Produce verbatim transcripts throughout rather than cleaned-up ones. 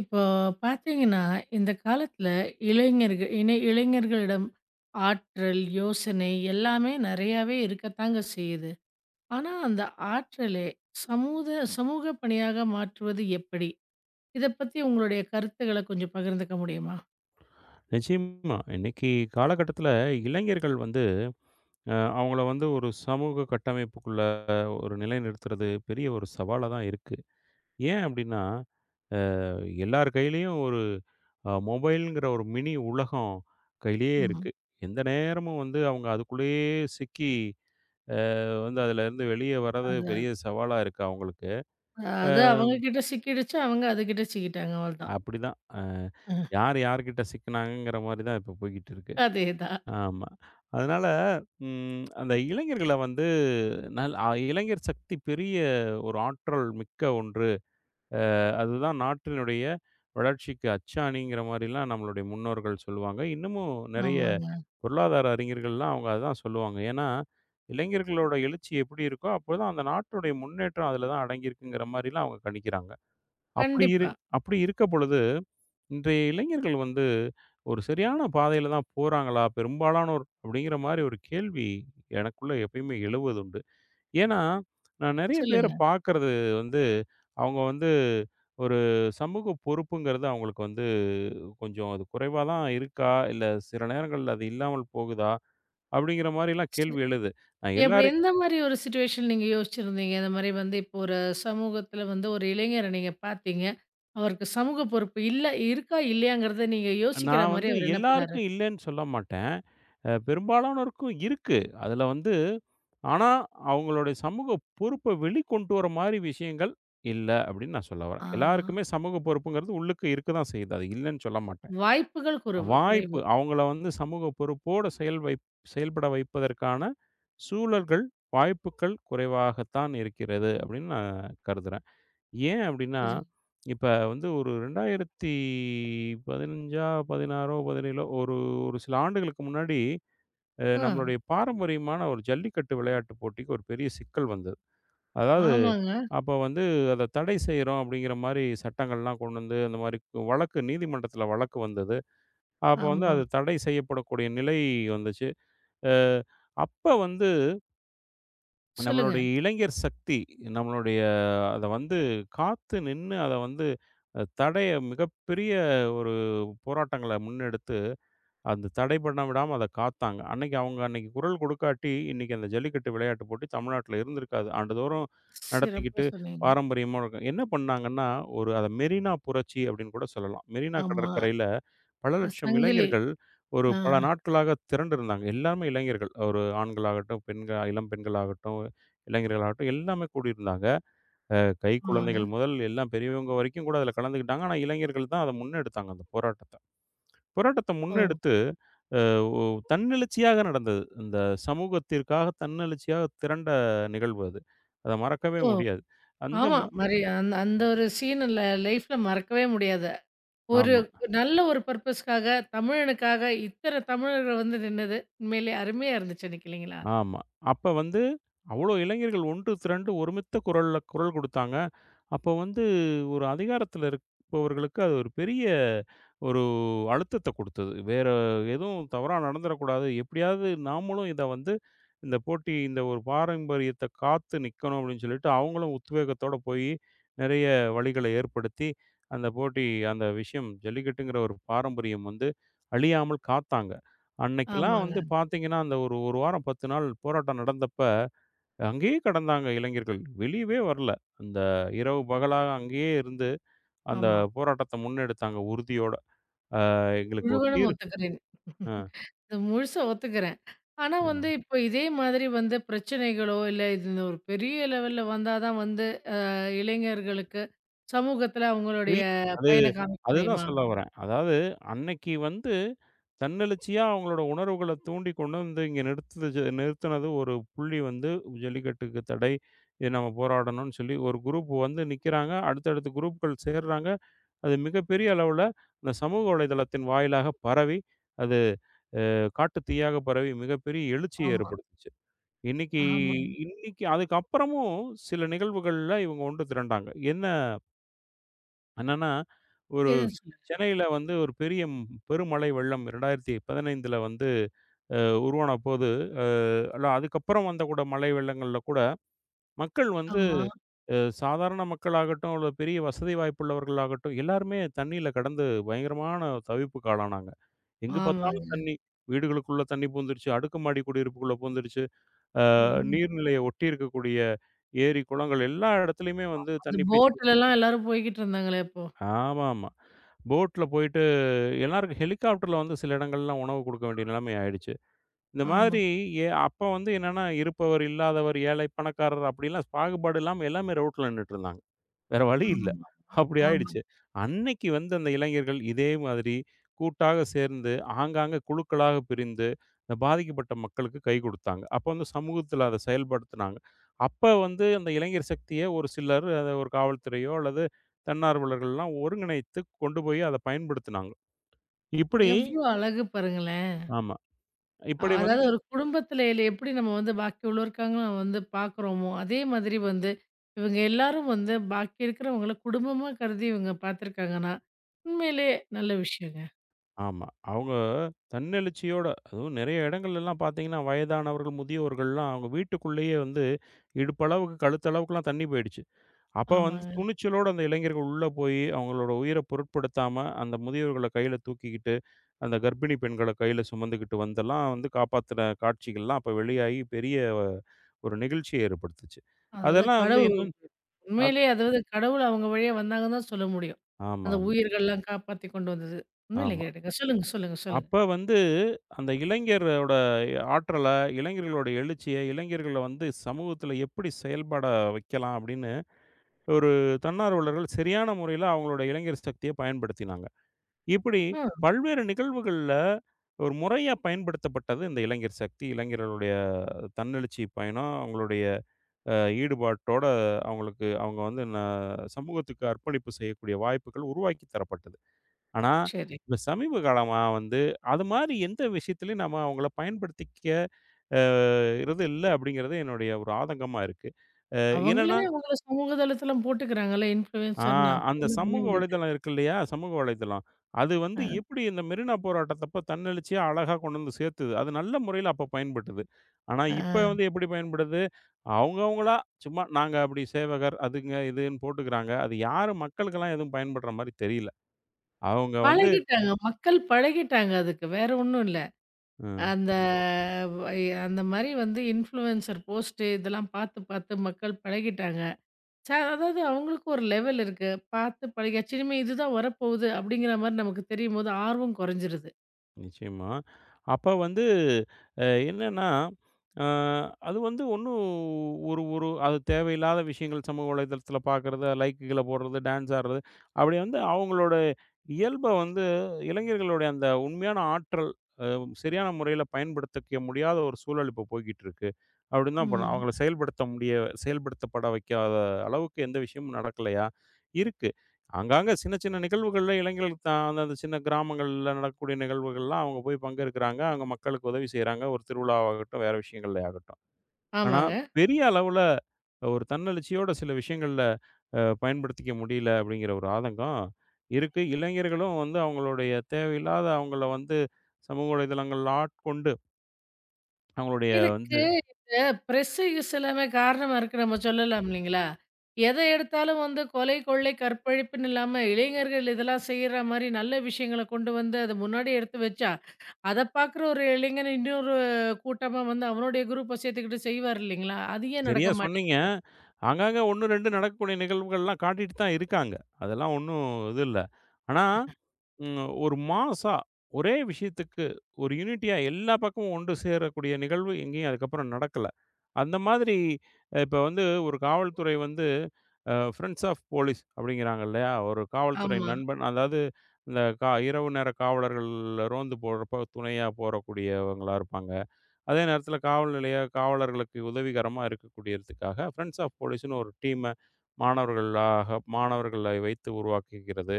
இப்போ பார்த்தீங்கன்னா, இந்த காலத்தில இளைஞர்கள் இனை இளைஞர்களிடம் ஆற்றல், யோசனை எல்லாமே நெறையாவே இருக்கத்தாங்க செய்யுது. ஆனா, அந்த ஆற்றலை சமூத சமூக பணியாக மாற்றுவது எப்படி? இத பத்தி உங்களுடைய கருத்துக்கள கொஞ்சம் பகிர்ந்துக்க முடியுமா? நிச்சயமா. இன்னைக்கு காலகட்டத்தில இளைஞர்கள் வந்து அ அவங்கள வந்து ஒரு சமூக கட்டமைப்புக்குள்ள ஒரு நிலைநிறுத்துறது பெரிய ஒரு சவாலா தான் இருக்கு. ஏன் அப்டின்னா, அ எல்லார் கையிலயும் ஒரு அ மொபைல்ங்கிற ஒரு மினி உலகம் கையிலேயே ம். இருக்கு. எந்த நேரமும் வந்து அவங்க அதுக்குள்ளேயே சிக்கி அ வந்து அதுலருந்து வெளிய வர்றது அது பெரிய சவாலா இருக்கு அவங்களுக்கு. அது அவங்க கிட்ட சிக்கிடுச்சு, அவங்க அதுகிட்ட சிக்கிட்டாங்க அவ்வளதான். அப்படிதான். அ யார் யார்கிட்ட சிக்கினாங்கங்கிற மாரி தான் இப்ப போய்க்கிட்டு இருக்கு. அதேதான். ஆமா. அதனால, ம் அந்த இளைஞர்கள வந்து நல் அ இளைஞர் சக்தி பெரிய ஒரு ஆற்றல் மிக்க ஒன்று. அதுதான் நாட்டினுடைய வளர்ச்சிக்கு அச்சாணிங்கிற மாரிலாம் நம்மளுடைய முன்னோர்கள் சொல்லுவாங்க. இன்னமும் நெறைய ஆமாங்க. பொருளாதார அறிஞர்கள்லாம் அவங்க அதான் சொல்லுவாங்க. ஏன்னா, இளைஞர்களோட எழுச்சி எப்படி இருக்கோ, அப்போதான் அந்த நாட்டுடைய முன்னேற்றம் அதில தான் அடங்கியிருக்குங்கிற மாரிலாம் அவங்க கணிக்கிறாங்க. அப்படி இரு கண்டிப்பா. அப்படி இருக்க பொழுது இன்றைய இளைஞர்கள் வந்து ஒரு சரியான பாதையில தான் போறாங்களா பெரும்பாலானோர்? அப்படிங்கிற மாரி ஒரு கேள்வி எனக்குள்ள எப்பயுமே எழுவதுண்டு. ஏன்னா, நான் நெறைய பேர சொல்லுங்க. பார்க்கறது வந்து, அவங்க வந்து ஒரு சமூக பொறுப்புங்கிறது அவங்களுக்கு வந்து கொஞ்சம் அது குறைவா தான் இருக்கா? இல்ல சில நேரங்கள்ல அது இல்லாமல் போகுதா? அப்படிங்கிற மாரிலாம் கேள்வி எழுது. நான் எப்படி எல்லாரையும் எந்த மாரி ஒரு சிச்சுவேஷன் நீங்க யோசிச்சிருந்தீங்க? இந்த மாரி வந்து இப்போ ஒரு சமூகத்தில வந்து ஒரு இளைஞர நீங்க பார்த்தீங்க. அவருக்கு சமூக பொறுப்பு இல்ல இருக்கா? இல்லையாங்கிறத நீங்க யோசிக்கிற நான் மாரி வந்து அவரு என்ன பண்ணாரு? எல்லாருக்கும் இல்லன்னு சொல்ல மாட்டேன். அ பெரும்பாலானோருக்கும் இருக்கு. அதுல வந்து ஆனா, அவங்களுடைய சமூக பொறுப்ப வெளிக்கொண்டு வர மாரி விஷயங்கள் இல்ல அப்படின்னு நான் சொல்ல வரேன். ஆ. எல்லாருக்குமே சமூக பொறுப்புங்கிறது உள்ளுக்கு இருக்க தான் செய்யுது. அது இல்லன்னு சொல்ல மாட்டேன். வாய்ப்புகள் குறைவு வாய்ப்பு குறைவு. அவங்கள வந்து சமூக பொறுப்போட செயல் வைப் செயல்பட வைப்பதற்கான சூழல்கள், வாய்ப்புக்கள் குறைவாகத்தான் இருக்கிறது அப்படின்னு நான் கருதுறேன். ஏன் அப்படின்னா, சரி. இப்ப வந்து ஒரு இரண்டாயிரத்து பதினைந்து பதினாறு பதினேழு ஒரு ஒரு சில ஆண்டுகளுக்கு முன்னாடி அ ஆ. நம்மளுடைய பாரம்பரியமான ஒரு ஜல்லிக்கட்டு விளையாட்டு போட்டிக்கு ஒரு பெரிய சிக்கல் வந்தது. அதாவது ஆமாங்க. அப்ப வந்து அத தடை செய்றோம் அப்படிங்கிற மாரி சட்டங்கள்லாம் கொண்டு வந்து அந்த மாரி வழக்கு நீதிமன்றத்தில வழக்கு வந்தது. அப்ப வந்து ஆமா. அது தடை செய்யப்படக்கூடிய நிலை வந்துச்சு. அ அப்ப வந்து சொல்லுங்க. நம்மளுடைய இளைஞர் சக்தி நம்மளுடைய அத வந்து காத்து நின்னு அத வந்து அ தடைய மிகப்பெரிய ஒரு போராட்டங்கள முன்னெடுத்து அந்த தடை பண்ண விடாம அத காத்தாங்க. அன்னைக்கு அவங்க அன்னைக்கு குரல் குடுக்காட்டி, இன்னைக்கு அந்த ஜல்லிக்கட்டு விளையாட்டு போட்டி தமிழ்நாட்டுல இருந்திருக்காது. ஆண்டுதோறும் சிறப்பா நடத்திக்கிட்டு சொன்னீங்க. பாரம்பரியமா இருக்கும். என்ன பண்ணாங்கன்னா, ஒரு அத மெரினா புரட்சி அப்டின்னு கூட சொல்லலாம். மெரினா ஆமா. கடற்கரையில பல இந்த லட்சம் சங்கிலி. இளைஞர்கள் ஒரு ஆ. பல நாட்களாக திரண்டிருந்தாங்க. எல்லாருமே இளைஞர்கள். ஒரு ஆண்களாகட்டும், பெண்கள் இளம் பெண்களாகட்டும், இளைஞர்களாகட்டும் எல்லாமே கூடியிருந்தாங்க. அ கை ஆமாங்க. குழந்தைகள் முதல் எல்லாம் பெரியவங்க வரைக்கும் கூட அதுல கலந்துக்கிட்டாங்க. ஆனா, இளைஞர்கள் தான் அத முன்னெடுத்தாங்க அந்த போராட்டத்த. போராட்டத்த ஓ! முன்னெடுத்து அ ஒ தன்னெழுச்சியாக நடந்தது. இந்த சமூகத்திற்காக தன்னெழுச்சியாக திரண்ட நிகழ்வு அது. அத மறக்கவே ஓ! முடியாது. அந்த ஆமா. ம மாரி அந்த அந்த ஒரு சீன் ல லைஃப்ல மறக்கவே முடியாது. ஒரு ஆமா. நல்ல ஒரு பர்ப்பஸ்க்காக, தமிழனுக்காக இத்தன தமிழர்கள் வந்து நின்னது, உண்மையிலே அருமையா இருந்துச்சு அன்னைக்கு இல்லைங்களா? ஆமா. அப்ப வந்து அவ்ளோ இளைஞர்கள் ஒன்று திரண்டு ஒருமித்த குரல்ல குரல் குடுத்தாங்க. அப்போ வந்து ஒரு அதிகாரத்தில இருப்பவர்களுக்கு அது ஒரு பெரிய ஒரு அழுத்தத்த குடுத்தது. வேற எதுவும் தவறா நடந்துறக்கூடாது. எப்படியாவது நாமளும் இத வந்து இந்த போட்டி இந்த ஒரு பாரம்பரியத்த காத்து நிக்கணும் அப்படின்னு சொல்லிட்டு, அவங்களும் உத்வேகத்தோட போயி நெறைய வழிகள ஏற்படுத்தி, அந்த போட்டி அந்த விஷயம் ஜல்லிக்கட்டுங்கிற ஒரு பாரம்பரியம் வந்து அழியாமல் காத்தாங்க. அன்னைக்கெல்லாம் ஆமாங்க. வந்து பார்த்தீங்கன்னா, அந்த ஒரு 1 வாரம் பத்து நாள் போராட்டம் நடந்தப்ப, அங்கேயே கடந்தாங்க இளைஞர்கள். வெளியவே வரல. அந்த இரவு பகலா அங்கேயே இருந்து, அந்த ஆமா. போராட்டத்த முன்னெடுத்தாங்க உறுதியோட. அ எங்களுக்கு ஒரு முழுவதும் தீர்வு ஒத்துக்கிறேன். அ இது முழுசா ஒத்துக்கிறேன். ஆனா ஆமா. வந்து இப்போ இதே மாதிரி வந்து பிரச்சனைகளோ, இல்ல இது இந்த ஒரு பெரிய லெவல்ல வந்தா தான் வந்து அ இளைஞர்களுக்கு சமூகத்துல அவங்களுடைய இல்ல அது பயன காமிக்க அதுதான் முடியுமா? சொல்ல வரேன். அதாவது அன்னைக்கு வந்து தன்னெழுச்சியா அவங்களோட உணர்வுகள தூண்டி கொண்டு வந்து இங்க நிறுத்துச்சு நிறுத்துனது ஒரு புள்ளி வந்து ஜல்லிக்கட்டுக்கு தடை. இது நம்ம போராடணும்னு சொல்லி ஒரு குரூப் வந்து நிக்கிறாங்க. அடுத்தடுத்த குரூப்கள் சேர்றாங்க. அது மிகப்பெரிய அளவுல இந்த சமூக வலைதளத்தின் வாயிலாக பரவி, அது காட்டு தீயாக பரவி மிகப்பெரிய எழுச்சிய ஆமா, ஏற்படுத்துச்சு. இன்னைக்கு ஆமா. இன்னைக்கு அதுக்கப்புறமும் சில நிகழ்வுகள்ல இவங்க ஒன்று திரண்டாங்க. என்ன என்னன்னா, ஒரு எதுவும் சொல்லல. சென்னையில வந்து ஒரு பெரிய ம்- பெருமழை வெள்ளம் இரண்டாயிரத்து பதினைஞ்சுல வந்து அ உருவானபோது, அ இல்ல அதுக்கப்புறம் வந்த கூட மழை வெள்ளங்கள்ல கூட மக்கள் வந்து ஆமா, அ சாதாரண மக்களாகட்டும், இல்ல பெரிய வசதி வாய்ப்புள்ளவர்களாகட்டும் எல்லாருமே தண்ணீல கடந்து பயங்கரமான தவிப்புக்கு ஆளானாங்க. எங்க பார்த்தாலும் ஆமாங்க. தண்ணி. வீடுகளுக்குள்ள தண்ணி புகுந்துருச்சு. அடுக்குமாடி குடியிருப்புக்குள்ள புகுந்துருச்சு. அ ஐயோ! நீர்நிலைய ஒட்டி இருக்கக்கூடிய ஏரி, குளங்கள் எல்லா இடத்துலயுமே வந்து அந்த தண்ணி பீச்சு போட்லலாம் எல்லாரும் போய்க்கிட்டு இருந்தாங்களே அப்போ. ஆமாமா. போட்ல போயிட்டு எல்லாருக்கும் ஹெலிகாப்டர்ல வந்து சில இடங்கள்லாம் உணவு குடுக்க வேண்டிய நிலைமை ஆயிடுச்சு. இந்த ஆமா, மாதிரி எ அப்ப வந்து என்னன்னா, இருப்பவர், இல்லாதவர், ஏழை, பணக்காரர் அப்படிலாம் பாகுபாடு இல்லாம எல்லாமே ரோட்ல நின்னுட்டுருந்தாங்க. வேற வழி ஆமா, இல்ல. அப்படி ஆமா. ஆயிடுச்சு. அன்னைக்கு வந்து அந்த இளைஞர்கள் இதே மாதிரி கூட்டாக சேர்ந்து, ஆங்காங்க குழுக்களாக பிரிந்து, இந்த பாதிக்கப்பட்ட மக்களுக்கு கை குடுத்தாங்க. அப்ப வந்து சமூகத்தில அத செயல்படுத்துனாங்க. அப்ப வந்து அந்த இளைஞர் சக்திய ஒரு சிலர் அத ஒரு காவல்துறையோ அல்லது தன்னார்வலர்கள்லாம் ஒருங்கிணைத்து கொண்டு போய் அத பயன்படுத்துனாங்க. இப்படி எவ்ளோ அழகு பாருங்களேன்! ஆமா. இப்படி அஹ் அதாவது வந்து ஒரு குடும்பத்தில எப்படி நம்ம வந்து பாக்கி உள்ளோருக்காங்கள வந்து பாக்குறோமோ, அதே மாதிரி வந்து இவங்க எல்லாரும் வந்து பாக்கி இருக்கிறவங்கள குடும்பமா கருதி இவங்க பாத்துருக்காங்கன்னா, உண்மையிலேயே நல்ல விஷயங்க. ஆமா. அவங்க தன்னெழுச்சியோட அதுவும் நெறைய இடங்கள்லலாம் பார்த்தீங்கன்னா, வயதானவர்கள், முதியோர்கள்லாம் அவங்க வீட்டுக்குள்ளேயே வந்து இடுப்பளவுக்கு, கழுத்தளவுக்குலாம் தண்ணி போயிடுச்சு. அப்ப வந்து ஆமாங்க. துணிச்சலோட அந்த இளைஞர்கள் உள்ள போயி, அவங்களோட உயிர பொருட்படுத்தாம, அந்த முதியோர்கள கையில தூக்கிக்கிட்டு, அந்த கர்ப்பிணி பெண்கள கையில சுமந்துக்கிட்டு வந்தெல்லாம் வந்து காப்பாத்துன காட்சிகள்லாம் அப்ப வெளியாகி பெரிய ஒரு நிகழ்ச்சிய ஏற்படுத்துச்சு. அதாவது அதெல்லாம் வந்து கடவுள் என்னன்னு அத் உண்மையிலேயே அதாவது கடவுள் அவங்க வழியா வந்தாங்கன்னு தான் சொல்ல முடியும். ஆமா, அந்த ஆமா, உயிர்கள்லாம் காப்பாத்தி கொண்டு வந்தது. உண்மையிலே ஆமா. கேட்டுங்க. சொல்லுங்க, சொல்லுங்க, சொல்லுங்க. அப்ப வந்து அந்த இளைஞரோட ஆற்றல, இளைஞர்களோட எழுச்சிய, இளைஞர்கள வந்து சமூகத்துல எப்படி செயல்பட வைக்கலாம் அப்படின்னு ஒரு தன்னார்வலர்கள் சரியான முறையில அவங்களோட இளைஞர் சக்திய பயன்படுத்தினாங்க. இப்படி ஆ பல்வேறு நிகழ்வுகள்ல ஒரு முறையா பயன்படுத்தப்பட்டது இந்த இளைஞர் சக்தி. இளைஞர்களுடைய தன்னெழுச்சி பயணம், அவங்களுடைய அ ஈடுபாட்டோட அவங்களுக்கு அவங்க வந்து ந சமூகத்துக்கு அர்ப்பணிப்பு செய்யக்கூடிய வாய்ப்புகள் உருவாக்கி தரப்பட்டது. ஆனா, சரி. இப்ப சமீப காலமா வந்து, அது மாரி எந்த விஷயத்திலயும் நம்ம அவங்கள பயன்படுத்திக்க அ றது இல்ல அப்படிங்கிறது என்னுடைய ஒரு ஆதங்கமா இருக்கு. அ அவங்களே என்னன்னா, அவங்கள சமூக தளத்தில போட்டுக்கிறாங்கல்ல ஆ இன்ஃப்ளூயன்சர்ன்னு. அப்ப அந்த என்ன பண்ண சமூக முடியுது? வலைதளம் இருக்கு இல்லையா? சமூக வலைதளம். அது வந்து ஆ, எப்படி இந்த மெரினா போராட்டத்தப்ப தன்னெழுச்சியா அழகா கொண்டு வந்து சேர்த்தது. அது நல்ல முறையில அப்ப பயன்பட்டது. ஆனா, ஆ. இப்ப வந்து எப்படி பயன்படுது? அவங்கவங்களா சும்மா நாங்க அப்படி சேவகர், அதுங்க இதுன்னு போட்டுக்கிறாங்க. அது யாரு மக்களுக்கெல்லாம் எதுவும் பயன்படுற மாரி தெரியல. அவங்க வந்து பழகிட்டாங்க. மக்கள் பழகிட்டாங்க அதுக்கு. வேற ஒண்ணும் இல்ல. ம். அந்த வை அந்த மாரி வந்து இன்ஃப்ளூயன்சர் போஸ்ட் இதெல்லாம் பார்த்து, பார்த்து மக்கள் பழகிட்டாங்க. ச அதாவது அவங்களுக்கும் ஒரு லெவல் இருக்கு. பார்த்து பழகியாச்சு. இனிமே இதுதான் வரப்போகுது அப்படிங்கிற மாரி நமக்கு தெரியும்போது ஆர்வம் குறைஞ்சிருது. நிச்சயமா. அப்ப வந்து அ என்னன்னா, அ அது வந்து ஒண்ணும் ஒரு ஒரு அது தேவையில்லாத விஷயங்கள் சமூக வலைதளத்தில பார்க்குறது, லைக்குகள போடுறது, டான்ஸ் ஆடுறது, அப்படி வந்து அவங்களோட இயல்ப வந்து இளைஞர்களுடைய அந்த உண்மையான ஆற்றல் அ சரியான முறையில பயன்படுத்திக்க முடியாத ஒரு சூழல் இப்போ போய்க்கிட்டு இருக்கு. அப்படின்னு தான் பண்ணணும். ம். அவங்கள செயல்படுத்த முடிய செயல்படுத்தப்பட வைக்காத அளவுக்கு எந்த விஷயமும் நடக்கலையா? இருக்கு. ஆங்காங்க சின்ன சின்ன நிகழ்வுகள்ல இளைஞர்கள் தான் அந்தந்த சின்ன கிராமங்கள்ல நடக்கக்கூடிய நிகழ்வுகள்லாம் அவங்க போய் பங்கெடுக்கிறாங்க. அங்க மக்களுக்கு உதவி செய்றாங்க. ஒரு திருவிழாவாகட்டும், வேற விஷயங்கள்ல ஆகட்டும். ஆனா, ஆமாங்க. பெரிய அளவுல ஒரு தன்னெழுச்சியோட சில விஷயங்கள்ல அ பயன்படுத்திக்க முடியல அப்படிங்கிற ஒரு ஆதங்கம் இருக்கு. இளைஞர்களும் வந்து அவங்களுடைய தேவையில்லாத அவங்கள வந்து சமூக வலைதளங்கள் ஆட்கொண்டு, அவங்களுடைய வந்து இதுக்கு இந்த பிரஸ் யூஸ் எல்லாமே காரணமா இருக்கு நம்ம சொல்லலாம் இல்லைங்களா? எத எடுத்தாலும் வந்து கொலை, கொள்ளை, கற்பழிப்புன்னு இல்லாம இளைஞர்கள் இதெல்லாம் செய்ற மாரி நல்ல விஷயங்கள கொண்டு வந்து அத முன்னாடி எடுத்து வச்சா, அத பார்க்குற ஒரு இளைஞன் இன்னொரு கூட்டமா வந்து அவனுடைய குரூப்ப சேர்த்துக்கிட்டு செய்வார் இல்லைங்களா? அது ஏன் சரியா நடக்க சொன்னீங்க. மாட்டேங்குது? ஆங்காங்க ஒண்ணு, ரெண்டு நடக்கக்கூடிய நிகழ்வுகள்லாம் காட்டிட்டு தான் இருக்காங்க. அதெல்லாம் ஒண்ணும் இது இல்ல. ஆனா, ம் ஒரு மாஸா ஒரே விஷயத்துக்கு ஒரு யூனிட்டியா எல்லா பக்கமும் ஒன்று சேரக்கூடிய நிகழ்வு எங்கேயும் அதுக்கப்புறம் நடக்கல. அந்த மாதிரி இப்ப வந்து ஒரு காவல்துறை வந்து அ ஃப்ரெண்ட்ஸ் ஆஃப் போலீஸ் அப்படிங்கிறாங்க இல்லையா? ஒரு காவல்துறை ஆமா. நண்பன் அதாவது இந்த கா இரவு நேர காவலர்கள் ரோந்து போறப்போ துணையா போறக்கூடியவங்களா இருப்பாங்க. அதே நேரத்தில காவல் நிலைய காவலர்களுக்கு உதவிகரமா இருக்கக்கூடியதுக்காக ஃப்ரெண்ட்ஸ் ஆஃப் போலீஸ்ன்னு ஒரு டீம மாணவர்களாக மாணவர்களை வைத்து உருவாக்குகிறது.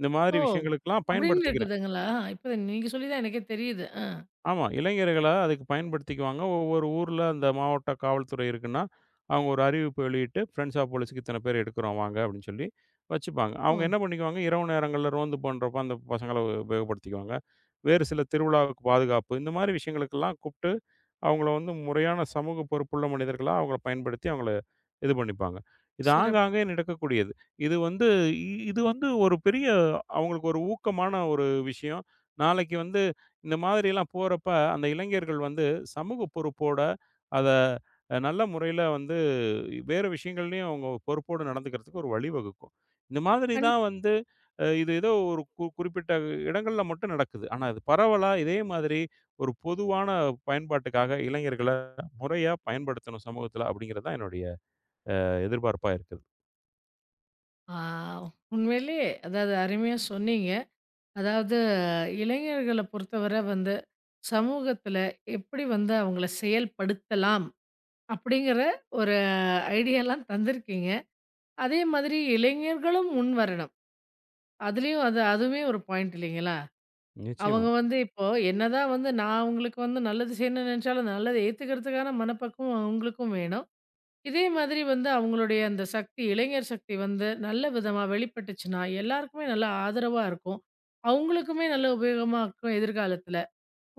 இந்த மாதிரி ஓ! விஷயங்களுக்கெல்லாம் அப்படின்னு பயன்படுத்திக்கிறாங்க. இருக்குதுங்களா? இப்ப நீங்க சொல்லி தான் எனக்கே தெரியுது. ஆ. ஆமா. இளைஞர்கள அதுக்கு பயன்படுத்திக்குவாங்க. ஒவ்வொரு ஊர்ல அந்த மாவட்ட காவல்துறை இருக்குன்னா, அவங்க ஒரு அறிவிப்பு வெளியிட்டு, "ஃபிரெண்ட்ஸ் ஆஃப் போலீஸ்க்கு இத்தன பேர் எடுக்குறோம் வாங்க" அப்படின்னு சொல்லி வச்சுப்பாங்க. அவங்க ஓ! என்ன பண்ணிக்குவாங்க, இரவு நேரங்கள்ல ரோந்து பண்றப்ப அந்த பசங்கள உபயோகப்படுத்திக்குவாங்க. வேறு சில திருவிழாவுக்கு பாதுகாப்பு, இந்த மாரி விஷயங்களுக்கெல்லாம் கூப்ட்டு, அவங்கள வந்து முறையான சமூக பொறுப்புள்ள மனிதர்களா அவங்கள பயன்படுத்தி, அவங்கள இது பண்ணிப்பாங்க. இது ஆக ம். சிறப்பு. ஆக நடக்கக்கூடியது. இது வந்து இ இது வந்து ஒரு பெரிய அவங்களுக்கு ஒரு ஊக்கமான ஒரு விஷயம். நாளைக்கு வந்து இந்த மாதிரிலாம் போறப்ப, அந்த இளைஞர்கள் வந்து சமூக பொறுப்போட அத அ நல்ல முறையில வந்து வேறு விஷயங்கள்லயும் அவங்க பொறுப்போடு நடந்துக்கிறதுக்கு ஒரு வழிவகுக்கும். இந்த மாதிரி கண் தான் வந்து அ இது ஏதோ ஒரு கு குறிப்பிட்ட இடங்கள்ல மட்டும் நடக்குது. ஆனா அது பரவலா இதே மாதிரி ஒரு பொதுவான பயன்பாட்டுக்காக இளைஞர்கள முறையா பயன்படுத்தணும் சமூகத்தில அப்படிங்கிறது தான் என்னுடைய எதிர்பார்ப்பா இருக்குது. ஆ உண்மையிலேயே அதாவது அருமையா சொன்னீங்க. அதாவது இளைஞர்கள பொறுத்தவரை வந்து, சமூகத்தில எப்படி வந்து அவங்கள செயல்படுத்தலாம்? அப்படிங்கிற ஒரு ஐடியாலாம் தந்திருக்கீங்க. அதே மாதிரி இளைஞர்களும் முன் வரணும். அதுலயும் அது அதுவுமே ஒரு பாயிண்ட் இல்லைங்களா? நிச்சயமா. அவங்க வந்து இப்போ என்னதான் வந்து நான் அவங்களுக்கு வந்து நல்லது செய்யணும்னு நெனச்சாலும், நல்லத ஏத்துக்கிறதுக்கான மனப்பக்குவம் அவங்களுக்கும் வேணும். இதே மாதிரி வந்து அவங்களுடைய அந்த சக்தி, இளைஞர் சக்தி வந்து நல்ல விதமா வெளிப்பட்டுச்சுன்னா, எல்லாருக்குமே நல்ல ஆதரவா இருக்கும். அவங்களுக்குமே நல்ல உபயோகமா இருக்கும் எதிர்காலத்தில.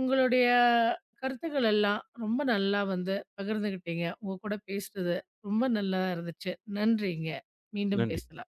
உங்களுடைய கருத்துக்கள் எல்லாம் ரொம்ப நல்லா வந்து பகிர்ந்துகிட்டீங்க. உங்க கூட பேசுனது ரொம்ப நல்லா இருந்துச்சு. நன்றிங்க. மீண்டும் நன்றி. பேசலாம்.